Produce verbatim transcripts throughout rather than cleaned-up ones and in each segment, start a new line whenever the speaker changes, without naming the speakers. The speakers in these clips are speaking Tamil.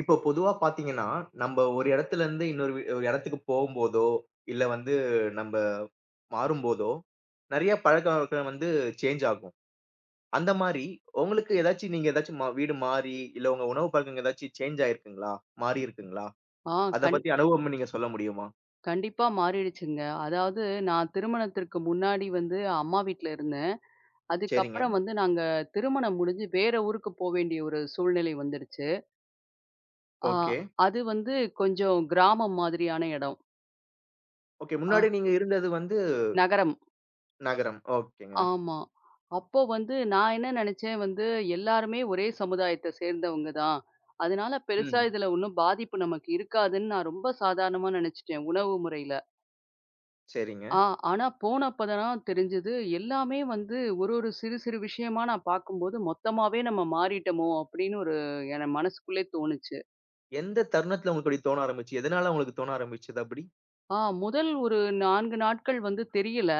இப்போ பொதுவா பார்த்தீங்கன்னா, நம்ப ஒரு இடத்துலருந்து இன்னொரு வீ ஒரு இடத்துக்கு போம்போதோ, இல்ல வந்து நம்ப மாறும்போதோ, நெறைய பழக்கவழக்கம் வந்து சேஞ்ச் ஆகும். அந்த மாரி உங்களுக்கு ஏதாச்சும் நீங்க ஏதாச்சும் மா வீடு மாறி, இல்ல உங்க உணவு பழக்கம் ஏதாச்சும் சேஞ்ச் ஆயிருக்குங்களா? மாறியிருக்குங்களா?
ஆ
அத
கண்
பத்தி அனுபவம் நீங்க சொல்ல முடியுமா?
கண்டிப்பா மாறிடுச்சுங்க. அதாவது நான் திருமணத்திற்கு முன்னாடி வந்து அம்மா வீட்ல இருந்தேன்.
சரிங்க.
அதுக்கப்புறம் வந்து நாங்க திருமணம் முடிஞ்சு வேற ஊருக்கு போ வேண்டிய ஒரு சூழ்நிலை வந்துடுச்சு. ஆ
ஓகே.
அது வந்து கொஞ்சம் கிராமம் மாதிரியான இடம்.
ஓகே.
ஆ
முன்னாடி நீங்க இருந்தது வந்து
நகரம்.
நகரம். ஓகேங்க.
ஆமா. அப்போ வந்து நான் என்ன நெனச்சேன் வந்து எல்லாருமே ஒரே சமுதாயத்த சேர்ந்தவங்க தான். அதனால பெருசா
ம்.
இதுல ஒண்ணும் பாதிப்பு நமக்கு இருக்காதுன்னு நான் ரொம்ப சாதாரணமா நெனச்சுட்டேன் உணவு முறையில.
சரிங்க.
ஆ, ஆனா போனப்ப தான் தெரிஞ்சது. எல்லாமே வந்து ஒரு ஒரு சிறு சிறு விஷயமா நான் பார்க்கும்போது, மொத்தமாவே நம்ம மாறிட்டோமோ! அப்படின்னு ஒரு என மனசுக்குள்ளே தோணுச்சு.
எந்த தருணத்துல உங்களுக்கு அப்படி தோண ஆரம்பிச்சு? எதனால உங்களுக்கு தோண ஆரம்பிச்சது அப்படி?
ஆ முதல் ஒரு நான்கு நாட்கள் வந்து தெரியல.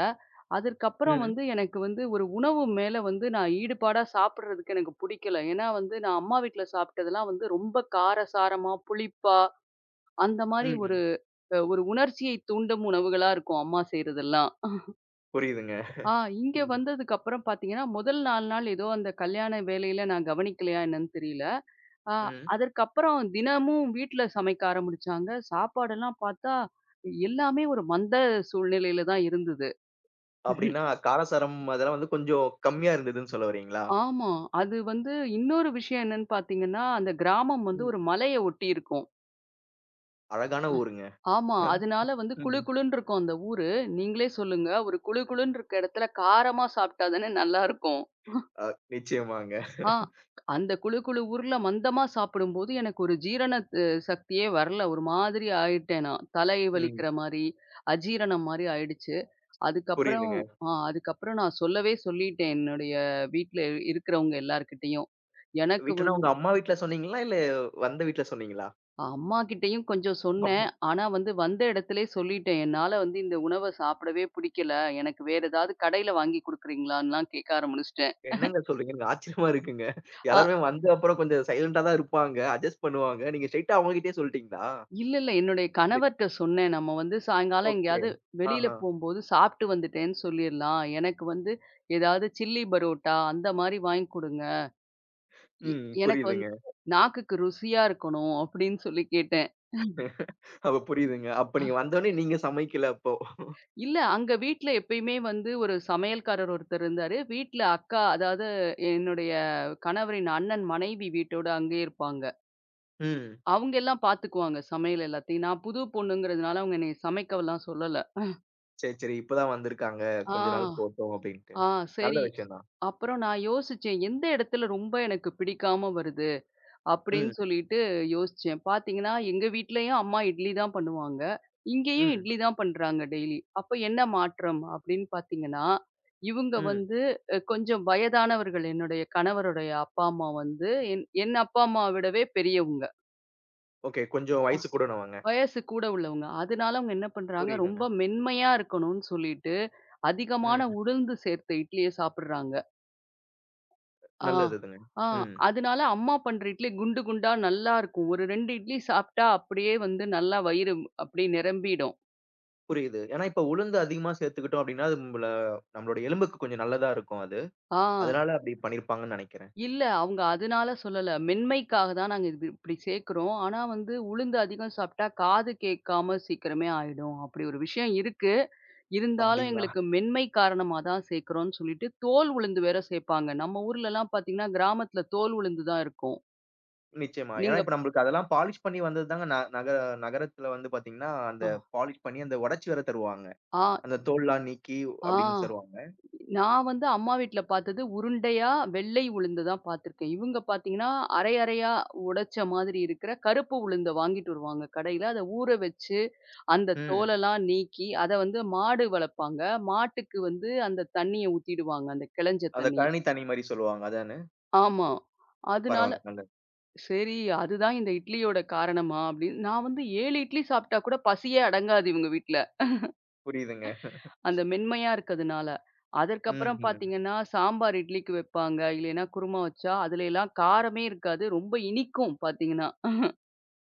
அதற்கப்புறம்
ம்.
வந்து எனக்கு வந்து ஒரு உணவு மேல வந்து நான் ஈடுபாடா சாப்பிடுறதுக்கு எனக்கு பிடிக்கல. ஏன்னா வந்து நான் அம்மா வீட்ல சாப்பிட்டதெல்லாம் வந்து ரொம்ப காரசாரமா, புளிப்பா அந்த மாரி ஒரு
ம்.
அஹ், ஒரு உணர்ச்சியை தூண்டும் உணவுகளா இருக்கும் அம்மா செய்றதெல்லாம்.
புரியுதுங்க.
ஆ இங்க வந்ததுக்கப்புறம் பார்த்தீங்கன்னா, முதல் நாலு நாள் ஏதோ அந்த கல்யாண வேலையில நான் கவனிக்கலையா என்னன்னு தெரியல. ஆ
ம்.
அதற்கப்புறம் தினமும் வீட்ல சமைக்க ஆரம்பிச்சாங்க. சாப்பாடெல்லாம் பார்த்தா, எல்லாமே ஒரு மந்த சூழ்நிலையில தான் இருந்தது.
அப்படின்னா, காரசாரம் அதெல்லாம் வந்து கொஞ்சம் கம்மியா இருந்ததுன்னு சொல்ல வரீங்களா?
ஆமா. அது வந்து இன்னொரு விஷயம் என்னன்னு பார்த்தீங்கன்னா, அந்த கிராமம் வந்து
ம்.
ஒரு மலைய ஒட்டி இருக்கும்.
அழகான
அ
ஊருங்க.
ஆமா. அதனால வந்து குளு
ம்.
குளுன்னு இருக்கும் அந்த ஊரு. நீங்களே சொல்லுங்க, ஒரு குளு குளுன்னு இருக்க இடத்துல காரமா சாப்பிட்டா தானே நல்லாருக்கும்.
அ நிச்சயமாங்க.
ஆ. அந்த குழு குழு ஊர்ல மந்தமா சாப்பிடும்போது, எனக்கு ஒரு ஜீரண அ சக்தியே வரல. ஒரு மாதிரி ஆயிட்டேன் நான். தலை
ம்.
வலிக்கிற மாரி, அஜீரணம் மாரி ஆயிடுச்சு. அதுக்கப்புறம்
புரியுதுங்க.
ஆ அதுக்கப்புறம் நான் சொல்லவே சொல்லிட்டேன். என்னுடைய வீட்ல இருக்கிறவங்க எல்லார்கிட்டயும். எனக்கு
வீட்லன்னா
வந்து
உங்க அம்மா வீட்ல சொன்னீங்களா? இல்ல வந்த வீட்ல சொன்னீங்களா?
அம்மாகிட்டயும் கொஞ்சம் சொன்னேன்.
ஆமா.
ஆனா வந்து வந்த இடத்திலேயே சொல்லிட்டேன். என்னால வந்து இந்த உணவ சாப்பிடவே பிடிக்கல. எனக்கு வேற ஏதாவது கடையில வாங்கி குடுக்குறீங்களான்லாம் கேட்க ஆரம்பிச்சுட்டேன்.
என்னங்க சொல்றீங்க? எனக்கு ஆச்சரியமா இருக்குங்க. எல்லாருமே வந்த அப்புறம் கொஞ்சம் சைலண்டா தான் இருப்பாங்க. அட்ஜஸ்ட் பண்ணுவாங்க. நீங்க ஸ்ட்ரெய்ட்டா அவங்ககிட்டயே சொல்லிட்டீங்களா?
இல்ல, இல்ல. என்னுடைய
இது
கணவர்ட்ட சொன்னேன். நம்ம வந்து சாயங்காலம்
ஓகே.
எங்கேயாவது வெளியில
ஆஹா.
போம்போது சாப்பிட்டு வந்துட்டேன்னு சொல்லிர்லாம். எனக்கு வந்து ஏதாவது சில்லி பரோட்டா அந்த மாரி வாங்கி குடுங்க. எ
ம்.
எனக்கு வந்து
புரியுதுங்க.
நாக்குக்கு ருசியா இருக்கணும் அப்படின்னு சொல்லி கேட்டேன்.
அப்ப புரியுதுங்க. அப்ப நீங்க வந்தோனே நீங்க சமைக்கல அப்போ.
இல்ல அங்க வீட்ல எப்பயுமே வந்து ஒரு சமையல்காரர் ஒருத்தர் இருந்தாரு. வீட்ல அக்கா அதாவது என்னுடைய கணவரின் அண்ணன் மனைவி வீட்டோட அங்கேயே இருப்பாங்க.
ம்.
அவங்க எல்லாம் பார்த்துக்குவாங்க சமையல் எல்லாத்தையும். நான் புது பொண்ணுங்கிறதுனால அவங்க என்னைய சமைக்கவெல்லாம் சொல்லல.
சரி, சரி. இப்ப தான் வந்திருக்காங்க.
ஆ.
கொஞ்ச நாள் போட்டும் அப்படின்ட்டு.
ஆ
நல்ல
சரி.
விஷயம் தான்.
அப்புறம் நான் யோசிச்சேன். எந்த இடத்துல ரொம்ப எனக்கு பிடிக்காம வருது? அப்படின்னு
ம்,
சொல்லிட்டு யோசிச்சேன். பார்த்தீங்கன்னா, எங்க வீட்லயும் அம்மா இட்லி தான் பண்ணுவாங்க. இங்கேயும்
ம்,
இட்லி தான் பண்றாங்க டெய்லி. அப்ப என்ன மாற்றம்? அப்படின்னு பார்த்தீங்கன்னா, இவங்க
ம்.
வந்து அ கொஞ்சம் வயதானவர்கள். என்னுடைய கணவருடைய அப்பா, அம்மா வந்து என் என் அப்பா, அம்மா விடவே பெரியவங்க.
ஓகே. கொஞ்சம் வயசு கூடனவங்க.
வயசு கூட உள்ளவங்க. அதனால அவங்க என்ன பண்றாங்க,
புரியுதுங்க.
ரொம்ப மென்மையா இருக்கணும்னு சொல்லிட்டு, அதிகமான
ம்.
உளுந்து சேர்த்த இட்லிய சாப்பிடுறாங்க. ஆ,
நல்லதுதுங்க.
ஆ.
ம்.
அதனால அம்மா பண்ற இட்லி குண்டு குண்டா நல்லா இருக்கும். ஒரு ரெண்டு இட்லி சாப்பிட்டா அப்படியே வந்து நல்லா வயிறு அப்படியே நிரம்பிடும்.
புரியுது. ஏன்னா இப்ப உளுந்து அதிகமா சேர்த்துக்கிட்டோம் அப்டின்னா, அது நம்மள நம்மளோட எலும்புக்கு கொஞ்சம் நல்லதா இருக்கும் அது.
ஆ.
அதனால அப்டி பண்ணியிருப்பாங்கன்னு நெனைக்கிறேன்.
இல்ல அவங்க அதனால சொல்லல. மென்மைக்காக தான் நாங்க இது இப்படி சேர்க்கிறோம். ஆனா வந்து உளுந்து அதிகம் சாப்பிட்டா காது கேட்காம சீக்கிரமே ஆயிடும். அப்படி ஒரு விஷயம் இருக்கு. இருந்தாலும்
அப்டிங்களா?
எங்களுக்கு மென்மை காரணமா தான் சேர்க்கிறோம்னு சொல்லிட்டு தோல் உளுந்து வேற சேர்ப்பாங்க. நம்ம ஊர்லலாம் பார்த்தீங்கன்னா, கிராமத்துல தோல் உளுந்து தான் இருக்கும்.
நிச்சயமா. ஏன்னா
நீங்க
இப்ப நம்மளுக்கு அதெல்லாம் பாலிஷ் பண்ணி வந்தது தாங்க ந நகர நகரத்துல வந்து பார்த்தீங்கன்னா, அந்த
ஆ,
பாலிஷ் பண்ணி அந்த உடைச்சு வேற தருவாங்க.
ஆ,
அந்த தோல்லாம் நீக்கி
ஆ.
அப்டின்னு தருவாங்க.
நான் வந்து அம்மா வீட்ல பார்த்தது உருண்டையா வெள்ளை உளுந்து தான் பார்த்துருக்கேன். இவங்க பார்த்தீங்கன்னா, அரை அரையா உடைச்ச மாதிரி இருக்கிற கருப்பு உளுந்த வாங்கிட்டு வருவாங்க கடையில. அத ஊற வச்சு, அந்த
ம்.
தோலெல்லாம் நீக்கி, அத வந்து மாடு வளர்ப்பாங்க. மாட்டுக்கு வந்து அந்த தண்ணிய ஊத்திடுவாங்க, அந்த கிளஞ்ச
அந்த
தண்ணிய.
கழனி தண்ணி மாரி சொல்லுவாங்க. அதானே?
ஆமா. அதனால
பரவால்ல நல்லது.
சரி அதுதான் இந்த இட்லியோட காரணமா அப்படின்னு நான் வந்து ஏழு இட்லி சாப்பிட்டா கூட பசியே அடங்காது இவங்க வீட்ல.
புரியுதுங்க.
அந்த மென்மையா இருக்கதுனால.
ம்,
அதற்கப்புறம்
ம்.
பார்த்தீங்கன்னா, சாம்பார் இட்லிக்கு வைப்பாங்க. இல்லைன்னா குருமா வச்சா, அதுல எல்லாம் காரமே இருக்காது. ரொம்ப இனிக்கும் பார்த்தீங்கன்னா.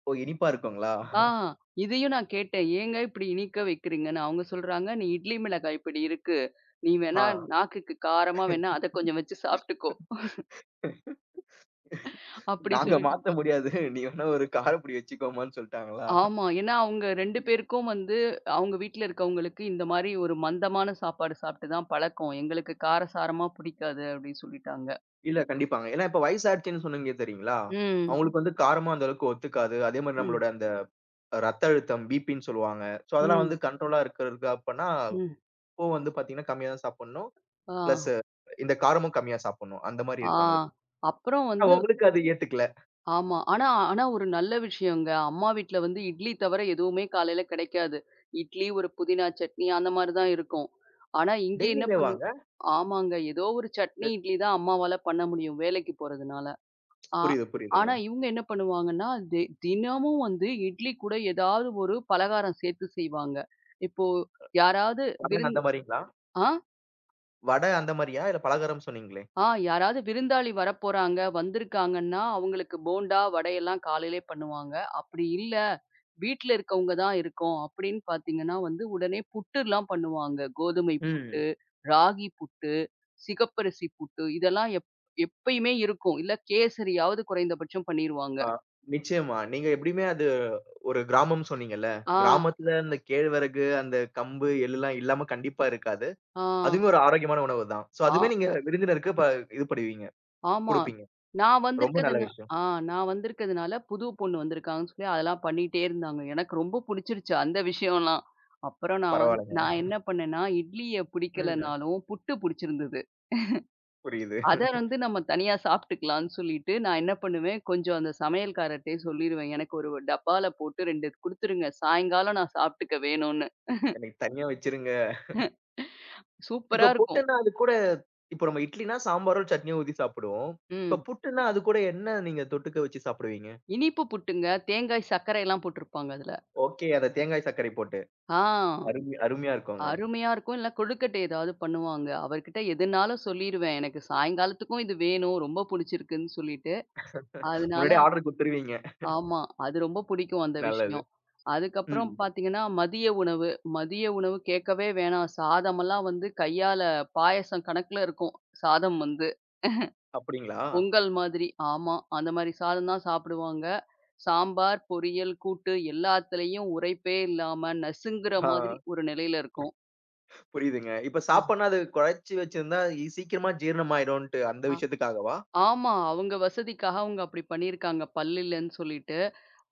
ஓ! இனிப்பா இருக்குங்களா?
ஆ இதையும் நான் கேட்டேன். ஏங்க இப்படி இனிக்க வைக்கிறீங்கன்னு? அவங்க சொல்றாங்க, "நீ இட்லி மிளகாய் பொடி இருக்கு. நீ வேணா
ஆ.
நாக்குக்கு காரமா வேணா அத கொஞ்சம் வச்சு சாப்பிட்டுக்கோ." அப்படி
நாங்க
சொல்லிட்டு
மாத்த முடியாது. நீ வேணா ஒரு காரப்பொடி வச்சுக்கோமான்னு சொல்ட்டாங்களா?
ஆமா. ஏன்னா அவங்க ரெண்டு பேருக்கும் வந்து அவங்க வீட்ல இருக்கவங்களுக்கு இந்த மாரி ஒரு மந்தமான சாப்பாடு சாப்பிட்டு தான் பழக்கம். எங்களுக்கு காரசாரமா பிடிக்காது அப்படின்னு சொல்லிட்டாங்க.
இல்ல கண்டிப்பாங்க. ஏன்னா இப்ப வயசாயிடுச்சுன்னு சொன்னீங்க தெரியுங்களா?
ம்.
அவங்களுக்கு வந்து காரமா அந்த அளவுக்கு ஒத்துக்காது. அதே மாரி
ம்.
நம்மளோட அந்த ரத்த அழுத்தம், பிபின்னு சொல்லுவாங்க. ஸோ அதெல்லாம்
ம்.
வந்து கண்ட்ரோலா இருக்கிறதுக்கு அப்பன்னா,
ம்.
அப்போ வந்து பார்த்தீங்கன்னா கம்மியா தான் சாப்பிடணும்.
ஆ,
பிளஸ் இந்த காரமும் கம்மியா சாப்பிடணும். அந்த மாரி
ஆ.
இருக்கு அவங்களுக்கு.
அப்புறம்
ஆனா
வந்து
உங்களுக்கு அது ஏத்துக்கல.
ஆமா. ஆனா ஆனா ஒரு நல்ல விஷயங்க. அம்மா வீட்ல வந்து இட்லி தவிர எதுவுமே காலையில கிடைக்காது. இட்லி, ஒரு புதினா சட்னி அந்த மாரி தான் இருக்கும். ஆனா இங்க என்ன
டெய்லியுமே
பண்ணு
வாங்க.
ஆமாங்க. ஏதோ ஒரு சட்னி, இட்லி தான் அம்மாவால பண்ண முடியும் வேலைக்கு போறதுனால. ஆ
புரியுது, புரியுதுங்க.
ஆனா இவுங்க என்ன பண்ணுவாங்கன்னா, தெ தினமும் வந்து இட்லி கூட ஏதாவது ஒரு பலகாரம் சேர்த்து செய்வாங்க. இப்போ யாராவது
வடை
விருந்
அந்த மாரிங்களா?
ஆ.
வடை அந்த மாரியா? இல்ல பலகாரம் சொன்னீங்களே?
ஆ யாராவது விருந்தாளி வரப்போறாங்க, வந்திருக்காங்கன்னா, அவங்களுக்கு போண்டா, வடையெல்லாம் காலையிலே பண்ணுவாங்க. அப்படி இல்ல, வீட்ல இருக்கவங்க தான் இருக்கோம் அப்படின்னு பார்த்தீங்கன்னா வந்து, உடனே புட்டுலாம் பண்ணுவாங்க. கோதுமை புட்டு,
ம்.
ராகி புட்டு, சிகப்பரிசி புட்டு இதெல்லாம் எப் எப்பயுமே இருக்கும். இல்ல கேசரியாவது குறைந்தபட்சம் பண்ணிருவாங்க.
ஆ, நிச்சயமா. நீங்க எப்படியுமே அது ஒரு கிராமம் சொன்னீங்கல்ல.
ஆ,
கிராமத்துல அந்த கேழ்வரகு, அந்த கம்பு, எள்ளுலாம் இல்லாம கண்டிப்பா இருக்காது. அதுவுமே
ஆ,
ஒரு ஆரோக்கியமான உணவு தான். சோ
ஆ.
அதுவுமே நீங்க விருந்தினருக்கு ப இது பண்ணுவீங்க,
ஆமா.
குடுப்பீங்க.
நான்
ரொம்ப நல்ல
வந்திருக்கிறதுனா
விஷயம்.
ஆ நான் வந்திருக்கிறதுனால புது பொண்ணு வந்திருக்காங்கன்னு சொல்லி அதெல்லாம் பண்ணிட்டே இருந்தாங்க. எனக்கு ரொம்ப புடிச்சிருச்சு அந்த விஷயம்லாம். அப்புறம் நான் வந்
பரவால்லங்க.
நான் என்ன பண்ணேன்னா, இட்லிய
ம்.
பிடிக்கலனாலும் புட்டு புடிச்சிருந்தது.
புரியுது.
அத வந்து நம்ம தனியா சாப்பிட்டுக்கலாம்ன்னு சொல்லிட்டு, நான் என்ன பண்ணுவேன், கொஞ்சம் அந்த சமையல்காரர்ட்டயே சொல்லிருவேன். எனக்கு ஒரு டப்பால போட்டு ரெண்டு குடுத்துருங்க. சாயங்காலம் நான் சாப்பிட்டுக்க வேணும்னு.
எனக்கு தனியா வச்சிருங்க. இப்ப
சூப்பரா இருக்கும்.
புட்டுன்னா அது கூட இப்ப நம்ம இட்லினா சாம்பாரோ, சட்னியோ ஊத்தி சாப்பிடுவோம். இப்ப
ம்.
புட்டுன்னா அது கூட என்ன நீங்க தொட்டுக்க வச்சு சாப்பிடுவீங்க?
இனிப்பு புட்டுங்க. தேங்காய், சர்க்கரைலாம் போட்டிருப்பாங்க அதுல.
ஓகே. அந்த தேங்காய் சர்க்கரை போட்டு.
ஆ.
அருமை அருமையா இருக்குங்க.
அருமையா இருக்கும். இல்ல கொழுக்கட்டை ஏதாவது பண்ணுவாங்க. அவர்கிட்ட எதுனாலும் சொல்லிருவேன். எனக்கு சாயங்காலத்துக்கும் இது வேணும். ரொம்ப புடிச்சிருக்குன்னு சொல்லிட்டு. அதனால
முன்னாடியே ஆர்டர் குடுத்துருவீங்க.
ஆமா. அது ரொம்ப புடிக்கும் அந்த
நல்லது.
விஷயம். அதுக்கப்புறம்
ம்.
பார்த்தீங்கன்னா, மதிய உணவு. மதிய உணவு கேட்கவே வேணாம். சாதமெல்லாம் வந்து கையால பாயாசம் கணக்குல இருக்கும். சாதம் வந்து.
அப்படிங்களா?
பொங்கல் மாதிரி. ஆமா. அந்த மாரி சாதம் தான் சாப்பிடுவாங்க. சாம்பார், பொரியல், கூட்டு எல்லாத்துலயும் உரைப்பே இல்லாம நசுங்குற
ஆ,
மாதிரி ஒரு நிலையில இருக்கும்.
புரியுதுங்க. இப்ப சாப்பாடுனா அது குழச்சு வச்சிருந்தா இ சீக்கிரமா ஜீரணமாயிடும்ன்ட்டு அந்த
அ.
விஷயத்துக்காகவா?
ஆமா. அவங்க வசதிக்காக அவங்க அப்படி பண்ணியிருக்காங்க. பல் இல்லன்னு சொல்லிட்டு.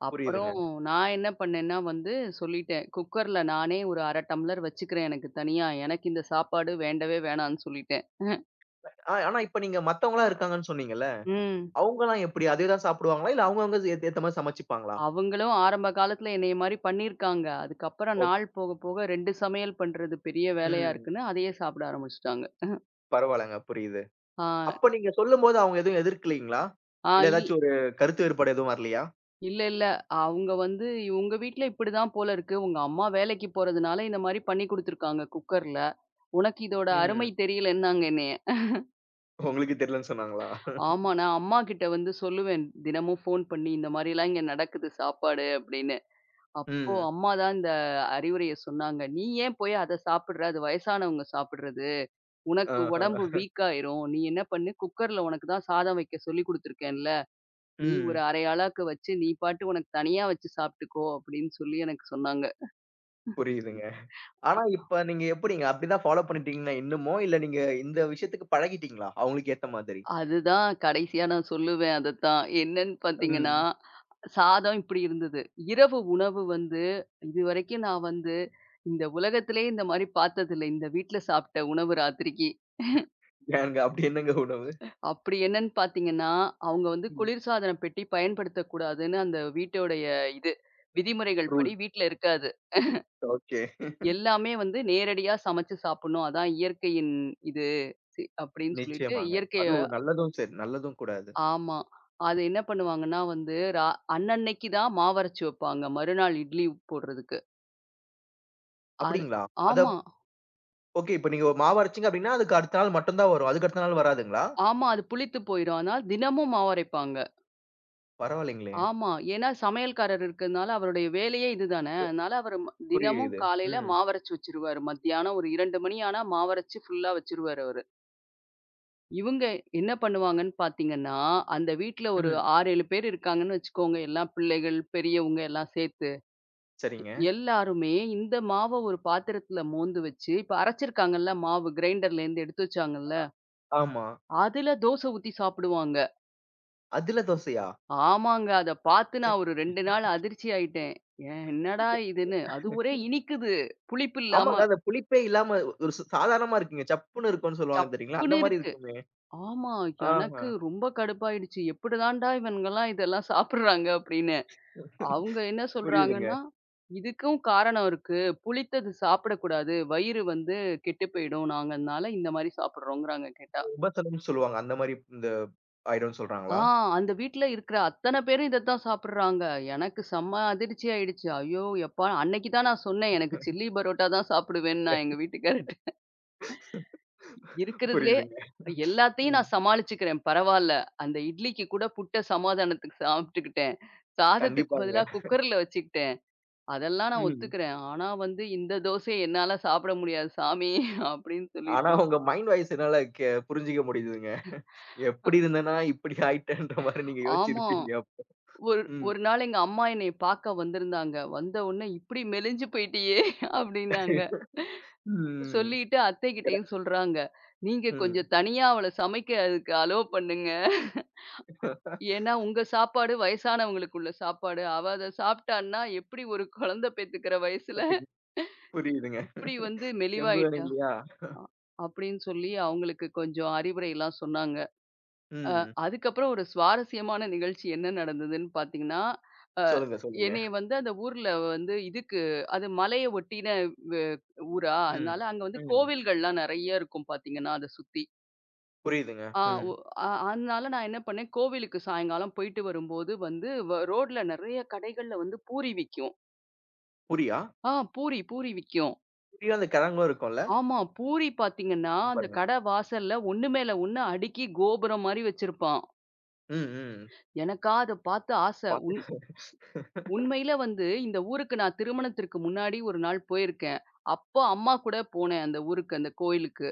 அப்புறம்
புரியுதுங்க.
நான் என்ன பண்ணேன்னா வந்து சொல்லிட்டேன். குக்கர்ல நானே ஒரு அரை டம்ளர் வச்சுக்கிறேன் எனக்கு தனியா. எனக்கு இந்த சாப்பாடு வேண்டவே வேணான்னு சொல்லிட்டேன்.
ஆ ஆனா இப்ப நீங்க மத்தவங்கலாம் இருக்காங்கன்னு சொன்னீங்கல்ல.
ம்.
அவங்கலாம் எப்படி அதே தான் சாப்பிடுவாங்களா? இல்ல அவங்கவங்க ஏத் ஏத்த மாரி சமைச்சுப்பாங்களா?
அவங்களும் ஆரம்ப காலத்துல என்னைய மாரி பண்ணியிருக்காங்க. அதுக்கப்புறம்
ஓக்
நாள் போக போக ரெண்டு சமையல் பண்றது பெரிய வேலையா
ம்.
இருக்குன்னு அதையே சாப்பிட ஆரம்பிச்சுட்டாங்க.
பரவால்லங்க. புரியுது.
ஆ
அப்ப நீங்க சொல்லும்போது அவங்க எதுவும் எதிர்க்கலீங்களா?
ஆ
இல்ல
இல்
ஏதாச்சும் ஒரு கருத்து வேறுபாடு எதுவும் வரலையா?
இல்ல, இல்ல. அவங்க வந்து உங்க வீட்ல இப்படிதான் போல இருக்கு. உங்க அம்மா வேலைக்கு போறதுனால இந்த மாரி பண்ணி குடுத்துருக்காங்க குக்கர்ல. உனக்கு இதோட அருமை
ம்.
தெரியலன்னாங்க என்னைய.
உங்களுக்கு தெரியலன்னு சொன்னாங்களா?
ஆமா நான் அம்மா கிட்ட வந்து சொல்லுவேன். தினமும் ஃபோன் பண்ணி இந்த மாரிலாம் இங்க நடக்குது சாப்பாடு அப்படின்னு. அப்போ
ம்.
அம்மா தான் இந்த அறிவுரைய சொன்னாங்க. "நீ ஏன் போய் அத சாப்பிடுற? அது வயசானவங்க சாப்பிடுறது. உனக்கு
ஆஹா.
உடம்பு வீக் ஆயிரும். நீ என்ன பண்ணு குக்கர்ல உனக்கு தான் சாதம் வைக்க சொல்லிக் குடுத்துருக்கேன்ல. "நீ ஒரு
ம்.
அரை ஆளாக்கு வச்சு, நீ பாட்டு உனக்கு தனியா வச்சு சாப்பிட்டுக்கோ" அப்படின்னு சொல்லி எனக்கு சொன்னாங்க.
புரியுதுங்க. ஆனா இப்ப நீங்க எப்படிங்க? அப்படிதான் ஃபாலோ பண்ணிட்டீங்கன்னா இன்னுமோ? இல்ல நீங்க இந்த விஷயத்துக்கு பழகிட்டீங்களா? அவங்களுக்கு ஏத்த மாதிரி?
அதுதான் கடைசியா நான் சொல்லுவேன் அதத்தான். என்னன்னு பார்த்தீங்கன்னா,
ம்.
சாதம் இப்படி இருந்தது. இரவு உணவு வந்து இதுவரைக்கும் நான் வந்து இந்த உலகத்திலேயே இந்த மாரி பார்த்ததில்ல. இந்த வீட்ல சாப்பிட்ட உணவு ராத்திரிக்கு.
ஏங்க அப்படி என்னங்க உணவு?
அப்படி என்னன்னு பார்த்தீங்கன்னா, அவங்க வந்து
ம்.
குளிர்சாதன பெட்டி பயன்படுத்தக்கூடாதுன்னு அந்த வீட்டோடைய இது விதிமுறைகள் படி
ரூல்ஸ்.
வீட்ல இருக்காது.
ஓகே.
எல்லாமே வந்து நேரடியா சமைச்சு சாப்பிடணும். அதான் இயற்கையின் இது சி அப்படின்னு சொல்லிட்டு
நிச்சயமாங்க.
இயற்கைய
அதுவும் நல்லதும் சரி, நல்லதும் கூட அது.
ஆமா. அது என்ன பண்ணுவாங்கன்னா வந்து, ரா அன்னன்னைக்கு தான் மாவரைச்சு வைப்பாங்க. மறுநாள் இட்லி போடுறதுக்கு. அது
அப்படிங்களா? அத
ஆமா,
ஓகே. இப்ப நீங்க மாவு அரைச்சீங்க அப்படின்னா, அதுக்கு அடுத்த நாள் மட்டும் தான் வரும். அதுக்கு அடுத்த நாள் வராதுங்களா?
ஆமா. அது புளித்து போயிரும். அதனால தினமும் மாவரைப்பாங்க.
பரவாயில்லைங்களே!
ஆமா. ஏன்னா சமையல்காரர் இருக்கிறதுனால அவருடைய வேலையே இதுதான. அதனால அவரு தினமும்
புரியுது.
காலையில
ம்.
மாவரைச்சு வச்சுருவாரு. மத்தியானம் ஒரு இரண்டு மணி ஆனா மாவரைச்சு ஃபுல்லா வச்சுருவாரு அவரு. இவங்க என்ன பண்ணுவாங்கன்னு பார்த்தீங்கன்னா, அந்த வீட்ல ஒரு
ம்.
ஆறு, ஏழு பேர் இருக்காங்கன்னு வச்சுக்கோங்க. எல்லாம் பிள்ளைகள், பெரியவங்க எல்லாம் சேர்த்து.
சரிங்க.
எல்லாருமே இந்த மாவ ஒரு பாத்திரத்துல மோந்து வச்சு, இப்ப அரைச்சிருக்காங்கல்ல மாவு கிரைண்டர்லேருந்து எடுத்து வச்சாங்கல்ல,
ஆமா.
அதுல தோசை ஊத்தி சாப்பிடுவாங்க.
அதில தோசையா?
ஆமாங்க. அத பார்த்து நான் ஒரு ரெண்டு நாள் அதிர்ச்சி ஆயிட்டேன். ஏன், என்னடா இதுன்னு. அது ஒரே இனிக்குது. புளிப்பு
ஆமாங்க.
இல்லாம.
அந்த புளிப்பே இல்லாம ஒரு சு சாதாரணமா இருக்குங்க. சப்புன்னு இருக்கும்ன்னு சொல்லுவாங்க தெரியுங்களா?
சப்புன்னு
அந்த மாரி
இருக்கு.
இருக்குமே.
ஆமா.
ஆஹா.
எனக்கு ரொம்ப கடுப்பாயிடுச்சு. எப்படிதான்டா இவனுங்கலாம் இதெல்லாம் சாப்பிடுறாங்க அப்படின்னு. அவங்க என்ன சொல்றாங்கன்னா,
புரியுதுங்க.
"இதுக்கும் காரணம் இருக்கு. புளித்தது சாப்பிடக்கூடாது. வயிறு வந்து கெட்டு போயிடும். நாங்க அதனால இந்த மாரி சாப்பிடுறோங்கிறாங்க" கேட்டா.
உபசம்னு சொல்லுவாங்க. அந்த மாரி இந்த ஆயிடும்ன்னு சொல்றாங்களா?
ஆ அந்த வீட்ல இருக்கிற அத்தன பேரும் இதத்தான் சாப்பிடுறாங்க. எனக்கு செம்ம அதிர்ச்சி ஆயிடுச்சு. ஐயோ! எப்பா அன்னைக்கு தான் நான் சொன்னேன். எனக்கு சில்லி பரோட்டா தான் சாப்பிடுவேன்னு நான் எங்க வீட்டுக்காரர்ட்ட. இருக்கிறதுலயே
புரியுதுங்க.
எல்லாத்தையும்
ம்.
நான் சமாளிச்சுக்கிறேன். பரவால்ல. அந்த இட்லிக்கு கூட புட்ட சமாதானத்துக்கு சாப்பிட்டுக்கிட்டேன். சாதத்துக்கு பதிலா
கண்டிப்பாங்க.
குக்கர்ல வச்சுக்கிட்டேன். அதெல்லாம் நான்
ம்.
ஒத்துக்கிறேன். ஆனா வந்து இந்த தோசைய என்னால சாப்பிட முடியாது சாமி அப்படின்னு
ஆனா
சொல்லிட்டு.
உங்க மைண்ட் வாய்ஸ் என்னால கே புரிஞ்சுக்க முடியுதுங்க. எப்படி இருந்தேன்னா, இப்படி ஆயிட்டேன்ற மாரி நீங்க
ஆமா.
யோசிச்சிருப்பீங்க அப்போ.
ஒரு
ம்.
ஒரு நாள் எங்க அம்மா என்னைய பார்க்க வந்திருந்தாங்க. வந்த உடனே இப்படி மெலிஞ்சு போயிட்டியே அப்படின்னாங்க.
ம்.
சொல்லிட்டு
எட
அத்தைகிட்டயும் சொல்றாங்க. நீங்க
ம்.
கொஞ்சம் தனியா அவள சமைக்கிறதுக்கு அலோவ் பண்ணுங்க. ஏன்னா உங்க சாப்பாடு வயசானவங்களுக்கு உள்ள சாப்பாடு. அவ அத சாப்பிட்டான்னா எப்படி ஒரு குழந்தை பெத்துக்கிற வயசுல
பாத்துக்க- புரியுதுங்க.
இப்படி வந்து
தெம்பு வேணும்
மெலிவாயிட்டா.
இல்லையா?
அ அப்படின்னு சொல்லி அவங்களுக்கு கொஞ்சம் அறிவுரைலாம் சொன்னாங்க. அ
ம்.
அதுக்கப்புறம் ஒரு சுவாரஸ்யமான நிகழ்ச்சி என்ன நடந்ததுன்னு பார்த்தீங்கன்னா, அ
சொல்லுங்க, சொல்லுங்க.
என்னைய வந்து அந்த ஊர்ல வந்து இதுக்கு அது மலைய ஒட்டின வ் ஊரா,
ம்.
அதனால அங்க வந்து
ம்.
கோவில்கள்லாம் நெறைய இருக்கும் பார்த்தீங்கன்னா, அத சுத்தி.
புரியுதுங்க.
ஆ
ம்.
ஒ அ அதனால நான் என்ன பண்ணேன், கோவிலுக்கு சாயங்காலம் போயிட்டு வரும்போது வந்து வ ரோட்ல நெறைய கடைகள்ல வந்து பூரி விக்கும்.
புரியா?
ஆ பூரி, பூரி விக்கும்.
புரியும் அந்த கிழங்கும் இருக்கும்ல?
ஆமா. பூரி பார்த்தீங்கன்னா, அந்த
பாருங்க.
கடை வாசல்ல ஒண்ணு மேல ஒண்ணு அடுக்கி கோபுரம் மாரி வச்சிருப்பான்.
ம், ம்.
எனக்கா அத பார்த்து ஆசை.
பாத்து
உண்மையில வந்து இந்த ஊருக்கு நான் திருமணத்திற்கு முன்னாடி ஒரு நாள் போயிருக்கேன். அப்போ அம்மா கூட போனேன் அந்த ஊருக்கு, அந்த கோயிலுக்கு.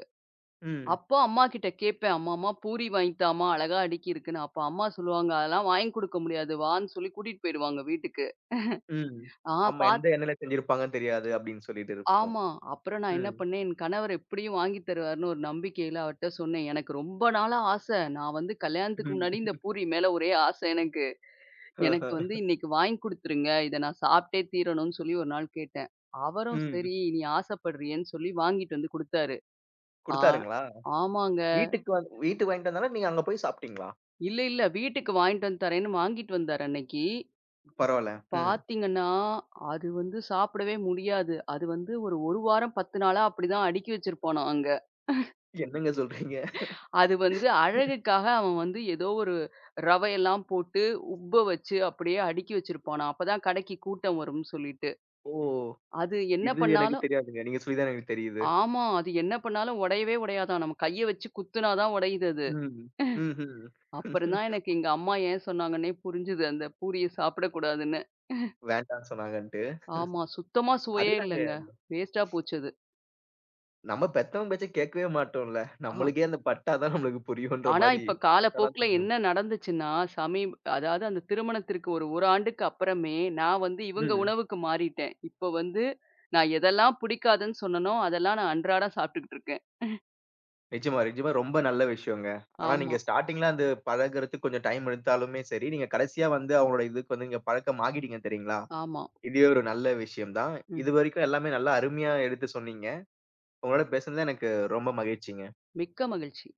ம்,
அப்போ அம்மா கிட்ட கேட்பேன், "அம்மா, அம்மா பூரி வாங்கித்தாம்மா, அழகா அடுக்கியிருக்குன்னு." அப்ப அம்மா சொல்லுவாங்க, "அதெல்லாம் வாங்கி குடுக்க முடியாது. வான்னு" சொல்லி கூட்டிட்டு போயிருவாங்க வீட்டுக்கு.
ம்.
ஆ
ஆமா,
பாத்
எந்த எண்ணெயில செஞ்சிருப்பாங்கன்னு தெரியாது அப்படின்னு சொல்லிட்டு இருக்கும்.
ஆமா. அப்புறம் நான் என்ன
ம்,
பண்ணேன், என் கணவர் எப்படியும் வாங்கி தருவாருன்னு ஒரு நம்பிக்கையில அவர்ட்ட சொன்னேன். எனக்கு ரொம்ப நாளா ஆசை. நான் வந்து கல்யாணத்துக்கு
ம்.
முன்னாடி இந்த பூரி மேல ஒரே ஆசை எனக்கு. எனக்கு வந்து இன்னைக்கு வாங்கி குடுத்துருங்க. இத நான் சாப்பிட்டே தீரணும்னு சொல்லி ஒரு நாள் கேட்டேன். அவரும்
ம்.
சரி நீ ஆசைப்படுறியேன்னு சொல்லி வாங்கிட்டு வந்து குடுத்தாரு. ஆ
குடுத்தாருங்களா?
ஆமாங்க.
வீட்டுக்கு வந்து வீட்டுக்கு வாங்கிட்டு வந்தாலும் நீங்க அங்க போய் சாப்பிட்டீங்களா?
இல்ல, இல்ல வீட்டுக்கு வாங்கிட்டு வந்து தரேன்னு வாங்கிட்டு வந்தாரு அன்னைக்கு.
பரவால்ல. ம்.
பார்த்தீங்கன்னா, அது வந்து சாப்பிடவே முடியாது. அது வந்து ஒரு 1 வாரம் பத்து நாளா அப்படிதான் அடுக்கி வச்சிருப்பானாம் அங்க.
என்னங்க சொல்றீங்க?
அது வந்து அழகுக்காக அவன் வந்து ஏதோ ஒரு ரவையெல்லாம் போட்டு உப்ப வச்சு அப்படியே அடுக்கி வச்சிருப்பானாம். அப்பதான் கடைக்கு கூட்டம் வரும்னு சொல்லிட்டு.
ஓ!
அது என்ன
இது எனக்கு
பண்ணாலும்
தெரியாதுங்க. நீங்க சொல்லி தான் எனக்கு தெரியுது.
ஆமா. அது என்ன பண்ணாலும் உடையவே உடையாதாம். நம்ம கைய வச்சு குத்துனா தான் உடையுது அது.
ம். ம்ஹ்ம்.
அப்புறம் தான் எனக்கு எங்க அம்மா ஏன் சொன்னாங்கன்னே புரிஞ்சுது. அந்த பூரிய சாப்பிடக்கூடாதுன்னு.
வேண்டான்னு சொன்னாங்கன்ட்டு.
ஆமா. சுத்தமா சுவையே
அதுதாங்க.
இல்லங்க. வேஸ்ட்டா போச்சு அது.
நம்ம பெத்தவங்க பேச்ச கேட்கவே மாட்டோம்ல.
ஆ
நம்மளுக்கே அந்த பட்டா தான் நம்மளுக்கு புரியுன்ற
ஆனா
மாரி
இப்ப
பட்டா தான்
காலப்போக்குல
தெரியும்.
என்ன நடந்துச்சுன்னா, சமீப் அதாவது அந்த திருமணத்திற்கு ஒரு 1 ஆண்டுக்கு அப்புறமே, நான் வந்து இவங்க
ம்.
உணவுக்கு மாறிட்டேன். இப்ப வந்து நான் எதெல்லாம் பிடிக்காதுன்னு சொன்னேனோ, அதெல்லாம் நான் அன்றாடம் சாப்பிட்டுக்கிட்டு இருக்கேன்.
நிச்சயமா, நிச்சயமா ரொம்ப நல்ல விஷயங்க. ஆனா
ஆமா,
நீங்க ஸ்டார்ட்டிங்ல அந்த பழகுறதுக்கு கொஞ்சம் டைம் எடுத்தாலுமே சரி, நீங்க கடைசியா வந்து அவங்களோட இதுக்கு வந்து நீங்க பழக்கம் ஆகிட்டீங்க தெரியுங்களா?
ஆமா.
இதுவே ஒரு நல்ல விஷயம் தான்.
ம்.
இதுவரைக்கும் எல்லாமே நல்லா அருமையா எடுத்து சொன்னீங்க. உங்களோட பேசுனதுல எனக்கு ரொம்ப மகிழ்ச்சிங்க.
மிக்க மகிழ்ச்சி.